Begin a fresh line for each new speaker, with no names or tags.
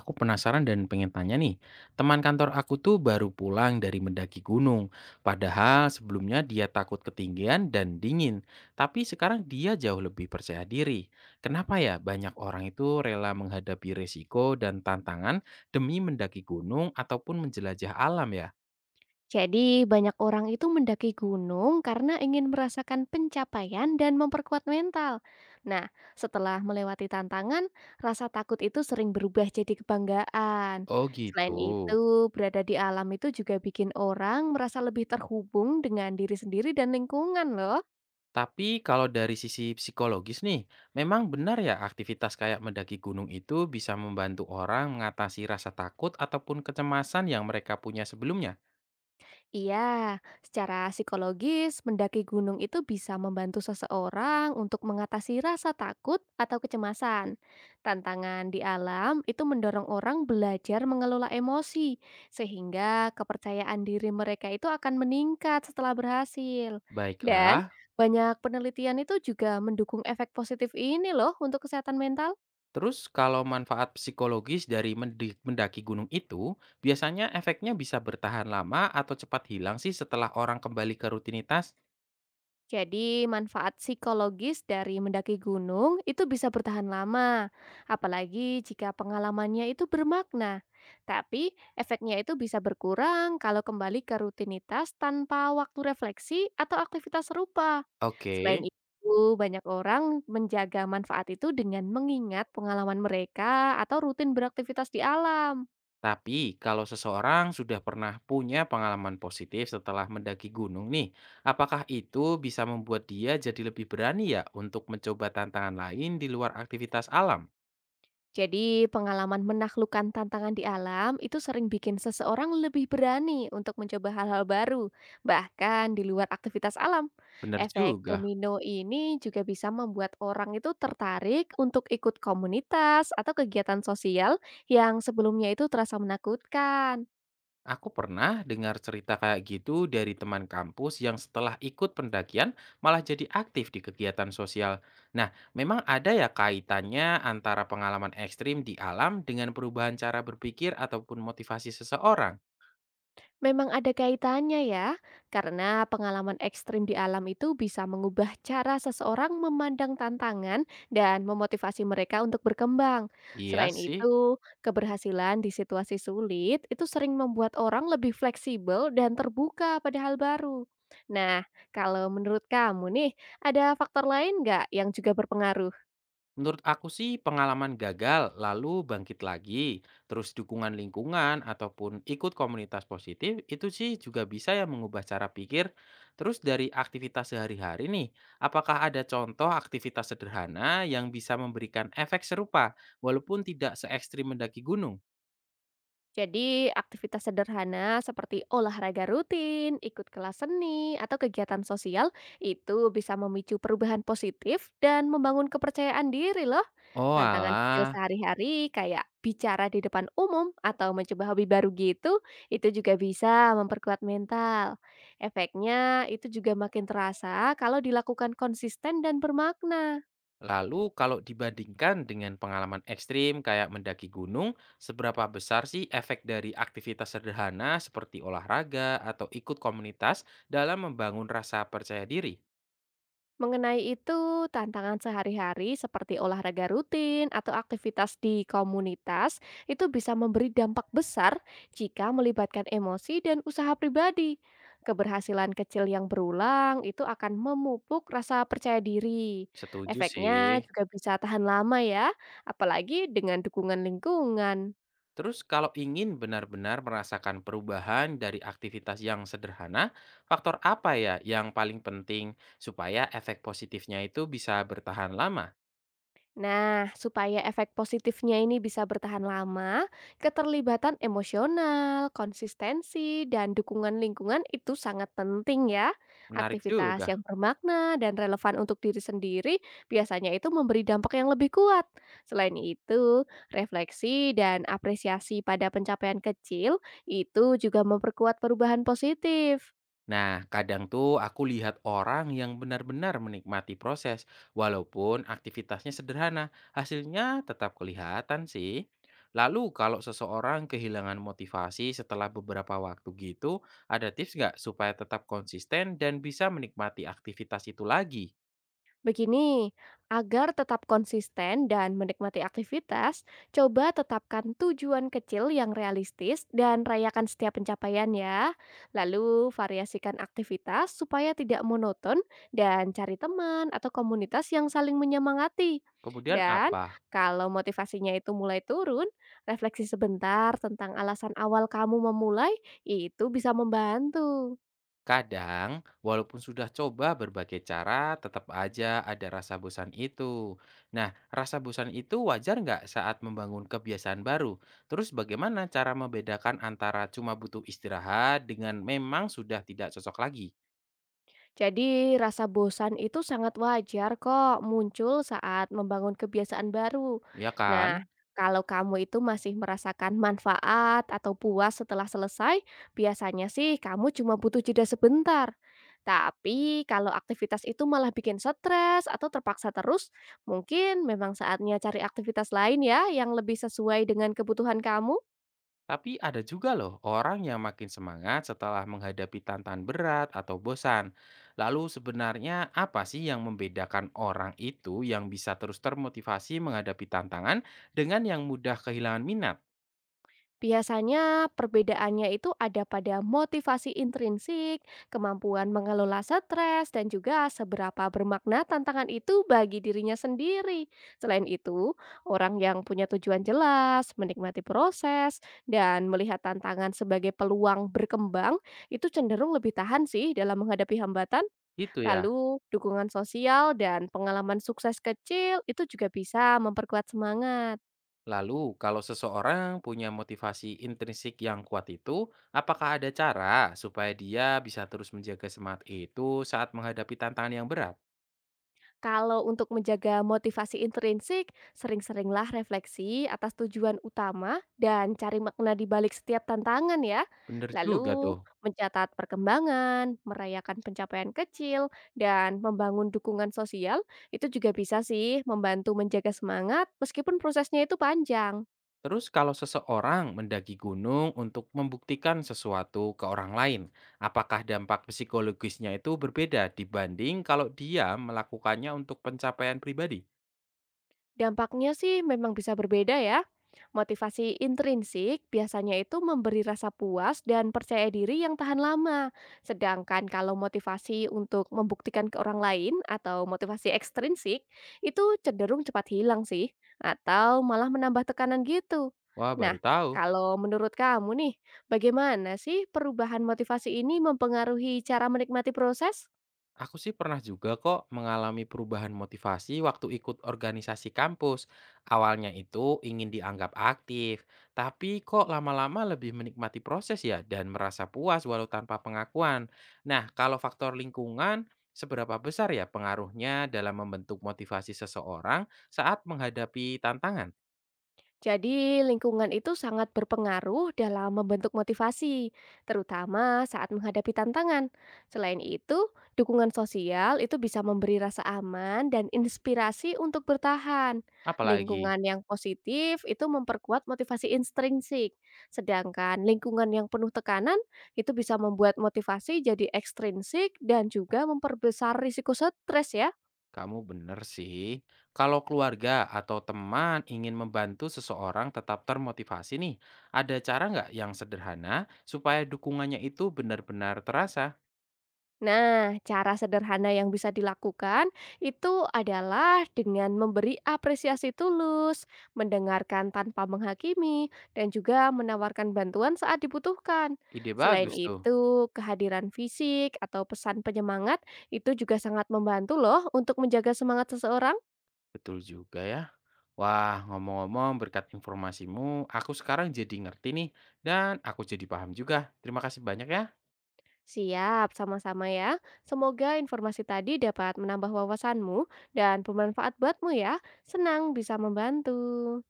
Aku penasaran dan pengen tanya nih, teman kantor aku tuh baru pulang dari mendaki gunung. Padahal sebelumnya dia takut ketinggian dan dingin. Tapi sekarang dia jauh lebih percaya diri. Kenapa ya banyak orang itu rela menghadapi risiko dan tantangan demi mendaki gunung ataupun menjelajah alam ya?
Jadi, banyak orang itu mendaki gunung karena ingin merasakan pencapaian dan memperkuat mental. Nah, setelah melewati tantangan, rasa takut itu sering berubah jadi kebanggaan.
Oh gitu.
Selain itu, berada di alam itu juga bikin orang merasa lebih terhubung dengan diri sendiri dan lingkungan, loh.
Tapi kalau dari sisi psikologis nih, memang benar ya aktivitas kayak mendaki gunung itu bisa membantu orang mengatasi rasa takut ataupun kecemasan yang mereka punya sebelumnya.
Iya, secara psikologis, mendaki gunung itu bisa membantu seseorang untuk mengatasi rasa takut atau kecemasan. Tantangan di alam itu mendorong orang belajar mengelola emosi, sehingga kepercayaan diri mereka itu akan meningkat setelah berhasil. Dan
Baiklah,
banyak penelitian itu juga mendukung efek positif ini loh untuk kesehatan mental.
terus kalau manfaat psikologis dari mendaki gunung itu, biasanya efeknya bisa bertahan lama atau cepat hilang sih setelah orang kembali ke rutinitas?
Jadi, manfaat psikologis dari mendaki gunung itu bisa bertahan lama, apalagi jika pengalamannya itu bermakna. Tapi, efeknya itu bisa berkurang kalau kembali ke rutinitas tanpa waktu refleksi atau aktivitas serupa.
Oke.
Selain itu, banyak orang menjaga manfaat itu dengan mengingat pengalaman mereka atau rutin beraktivitas di alam.
Tapi kalau seseorang sudah pernah punya pengalaman positif setelah mendaki gunung nih, apakah itu bisa membuat dia jadi lebih berani ya untuk mencoba tantangan lain di luar aktivitas alam?
Jadi, pengalaman menaklukkan tantangan di alam itu sering bikin seseorang lebih berani untuk mencoba hal-hal baru, bahkan di luar aktivitas alam.
Bener
Efek
juga.
domino ini juga bisa membuat orang itu tertarik untuk ikut komunitas atau kegiatan sosial yang sebelumnya itu terasa menakutkan.
Aku pernah dengar cerita kayak gitu dari teman kampus yang setelah ikut pendakian malah jadi aktif di kegiatan sosial. Nah, memang ada ya kaitannya antara pengalaman ekstrim di alam dengan perubahan cara berpikir ataupun motivasi seseorang?
Memang ada kaitannya ya, karena pengalaman ekstrim di alam itu bisa mengubah cara seseorang memandang tantangan dan memotivasi mereka untuk berkembang.
Iya
Selain
sih.
itu, keberhasilan di situasi sulit itu sering membuat orang lebih fleksibel dan terbuka pada hal baru. Nah, kalau menurut kamu nih, ada faktor lain nggak yang juga berpengaruh?
Menurut aku sih pengalaman gagal lalu bangkit lagi, terus dukungan lingkungan ataupun ikut komunitas positif itu sih juga bisa ya mengubah cara pikir. Terus dari aktivitas sehari-hari nih, apakah ada contoh aktivitas sederhana yang bisa memberikan efek serupa walaupun tidak se ekstrim mendaki gunung?
Jadi, aktivitas sederhana seperti olahraga rutin, ikut kelas seni, atau kegiatan sosial itu bisa memicu perubahan positif dan membangun kepercayaan diri loh.
Oh
Tantangan kecil
alah.
sehari-hari kayak bicara di depan umum atau mencoba hobi baru gitu, itu juga bisa memperkuat mental. Efeknya itu juga makin terasa kalau dilakukan konsisten dan bermakna.
Lalu kalau dibandingkan dengan pengalaman ekstrim kayak mendaki gunung, seberapa besar sih efek dari aktivitas sederhana seperti olahraga atau ikut komunitas dalam membangun rasa percaya diri?
Mengenai itu, tantangan sehari-hari seperti olahraga rutin atau aktivitas di komunitas itu bisa memberi dampak besar jika melibatkan emosi dan usaha pribadi. Keberhasilan kecil yang berulang itu akan memupuk rasa percaya diri.
Setuju
Efeknya
sih.
juga bisa tahan lama ya, apalagi dengan dukungan lingkungan.
Terus kalau ingin benar-benar merasakan perubahan dari aktivitas yang sederhana, faktor apa ya yang paling penting supaya efek positifnya itu bisa bertahan lama?
Nah, supaya efek positifnya ini bisa bertahan lama, keterlibatan emosional, konsistensi, dan dukungan lingkungan itu sangat penting ya.
Menarik
Aktivitas
juga.
yang bermakna dan relevan untuk diri sendiri biasanya itu memberi dampak yang lebih kuat. Selain itu, refleksi dan apresiasi pada pencapaian kecil itu juga memperkuat perubahan positif.
Nah, kadang tuh aku lihat orang yang benar-benar menikmati proses, walaupun aktivitasnya sederhana, hasilnya tetap kelihatan sih. Lalu kalau seseorang kehilangan motivasi setelah beberapa waktu gitu, ada tips nggak supaya tetap konsisten dan bisa menikmati aktivitas itu lagi?
Begini, agar tetap konsisten dan menikmati aktivitas, coba tetapkan tujuan kecil yang realistis dan rayakan setiap pencapaian ya. Lalu variasikan aktivitas supaya tidak monoton dan cari teman atau komunitas yang saling menyemangati.
Kemudian
Dan
apa?
kalau motivasinya itu mulai turun, refleksi sebentar tentang alasan awal kamu memulai itu bisa membantu.
Kadang, walaupun sudah coba berbagai cara, tetap aja ada rasa bosan itu. Nah, rasa bosan itu wajar nggak saat membangun kebiasaan baru? Terus bagaimana cara membedakan antara cuma butuh istirahat dengan memang sudah tidak cocok lagi?
Jadi, rasa bosan itu sangat wajar kok muncul saat membangun kebiasaan baru.
Ya
Nah,
kan?
kalau kamu itu masih merasakan manfaat atau puas setelah selesai, biasanya sih kamu cuma butuh jeda sebentar. Tapi kalau aktivitas itu malah bikin stres atau terpaksa terus, mungkin memang saatnya cari aktivitas lain ya yang lebih sesuai dengan kebutuhan kamu.
Tapi ada juga loh orang yang makin semangat setelah menghadapi tantangan berat atau bosan. Lalu sebenarnya apa sih yang membedakan orang itu yang bisa terus termotivasi menghadapi tantangan dengan yang mudah kehilangan minat?
Biasanya perbedaannya itu ada pada motivasi intrinsik, kemampuan mengelola stres, dan juga seberapa bermakna tantangan itu bagi dirinya sendiri. Selain itu, orang yang punya tujuan jelas, menikmati proses, dan melihat tantangan sebagai peluang berkembang itu cenderung lebih tahan sih dalam menghadapi hambatan.
Itu ya.
Lalu, dukungan sosial dan pengalaman sukses kecil itu juga bisa memperkuat semangat.
Lalu kalau seseorang punya motivasi intrinsik yang kuat itu, apakah ada cara supaya dia bisa terus menjaga semangat itu saat menghadapi tantangan yang berat?
Kalau untuk menjaga motivasi intrinsik, sering-seringlah refleksi atas tujuan utama dan cari makna di balik setiap tantangan ya.
Bener juga
Lalu
tuh.
mencatat perkembangan, merayakan pencapaian kecil, dan membangun dukungan sosial itu juga bisa sih membantu menjaga semangat meskipun prosesnya itu panjang.
Terus kalau seseorang mendaki gunung untuk membuktikan sesuatu ke orang lain, apakah dampak psikologisnya itu berbeda dibanding kalau dia melakukannya untuk pencapaian pribadi?
Dampaknya sih memang bisa berbeda ya. Motivasi intrinsik biasanya itu memberi rasa puas dan percaya diri yang tahan lama. Sedangkan kalau motivasi untuk membuktikan ke orang lain atau motivasi ekstrinsik itu cenderung cepat hilang sih atau malah menambah tekanan gitu.
Wah,
Nah,
baru tahu.
kalau menurut kamu nih, bagaimana sih perubahan motivasi ini mempengaruhi cara menikmati proses?
Aku sih pernah juga kok mengalami perubahan motivasi waktu ikut organisasi kampus. Awalnya itu ingin dianggap aktif, tapi kok lama-lama lebih menikmati proses ya dan merasa puas walau tanpa pengakuan. Nah, kalau faktor lingkungan, seberapa besar ya pengaruhnya dalam membentuk motivasi seseorang saat menghadapi tantangan?
Jadi, lingkungan itu sangat berpengaruh dalam membentuk motivasi, terutama saat menghadapi tantangan. Selain itu, dukungan sosial itu bisa memberi rasa aman dan inspirasi untuk bertahan.
Apalagi?
Lingkungan yang positif itu memperkuat motivasi intrinsik, sedangkan lingkungan yang penuh tekanan itu bisa membuat motivasi jadi ekstrinsik dan juga memperbesar risiko stres ya.
Kamu benar sih. Kalau keluarga atau teman ingin membantu seseorang tetap termotivasi nih, ada cara nggak yang sederhana supaya dukungannya itu benar-benar terasa?
Nah, cara sederhana yang bisa dilakukan itu adalah dengan memberi apresiasi tulus, mendengarkan tanpa menghakimi, dan juga menawarkan bantuan saat dibutuhkan.
Ide
Selain
bagus tuh.
itu, kehadiran fisik atau pesan penyemangat itu juga sangat membantu loh untuk menjaga semangat seseorang.
Betul juga ya. Wah, ngomong-ngomong berkat informasimu, aku sekarang jadi ngerti nih dan aku jadi paham juga. Terima kasih banyak ya.
Siap, sama-sama ya. Semoga informasi tadi dapat menambah wawasanmu dan bermanfaat buatmu ya. Senang bisa membantu.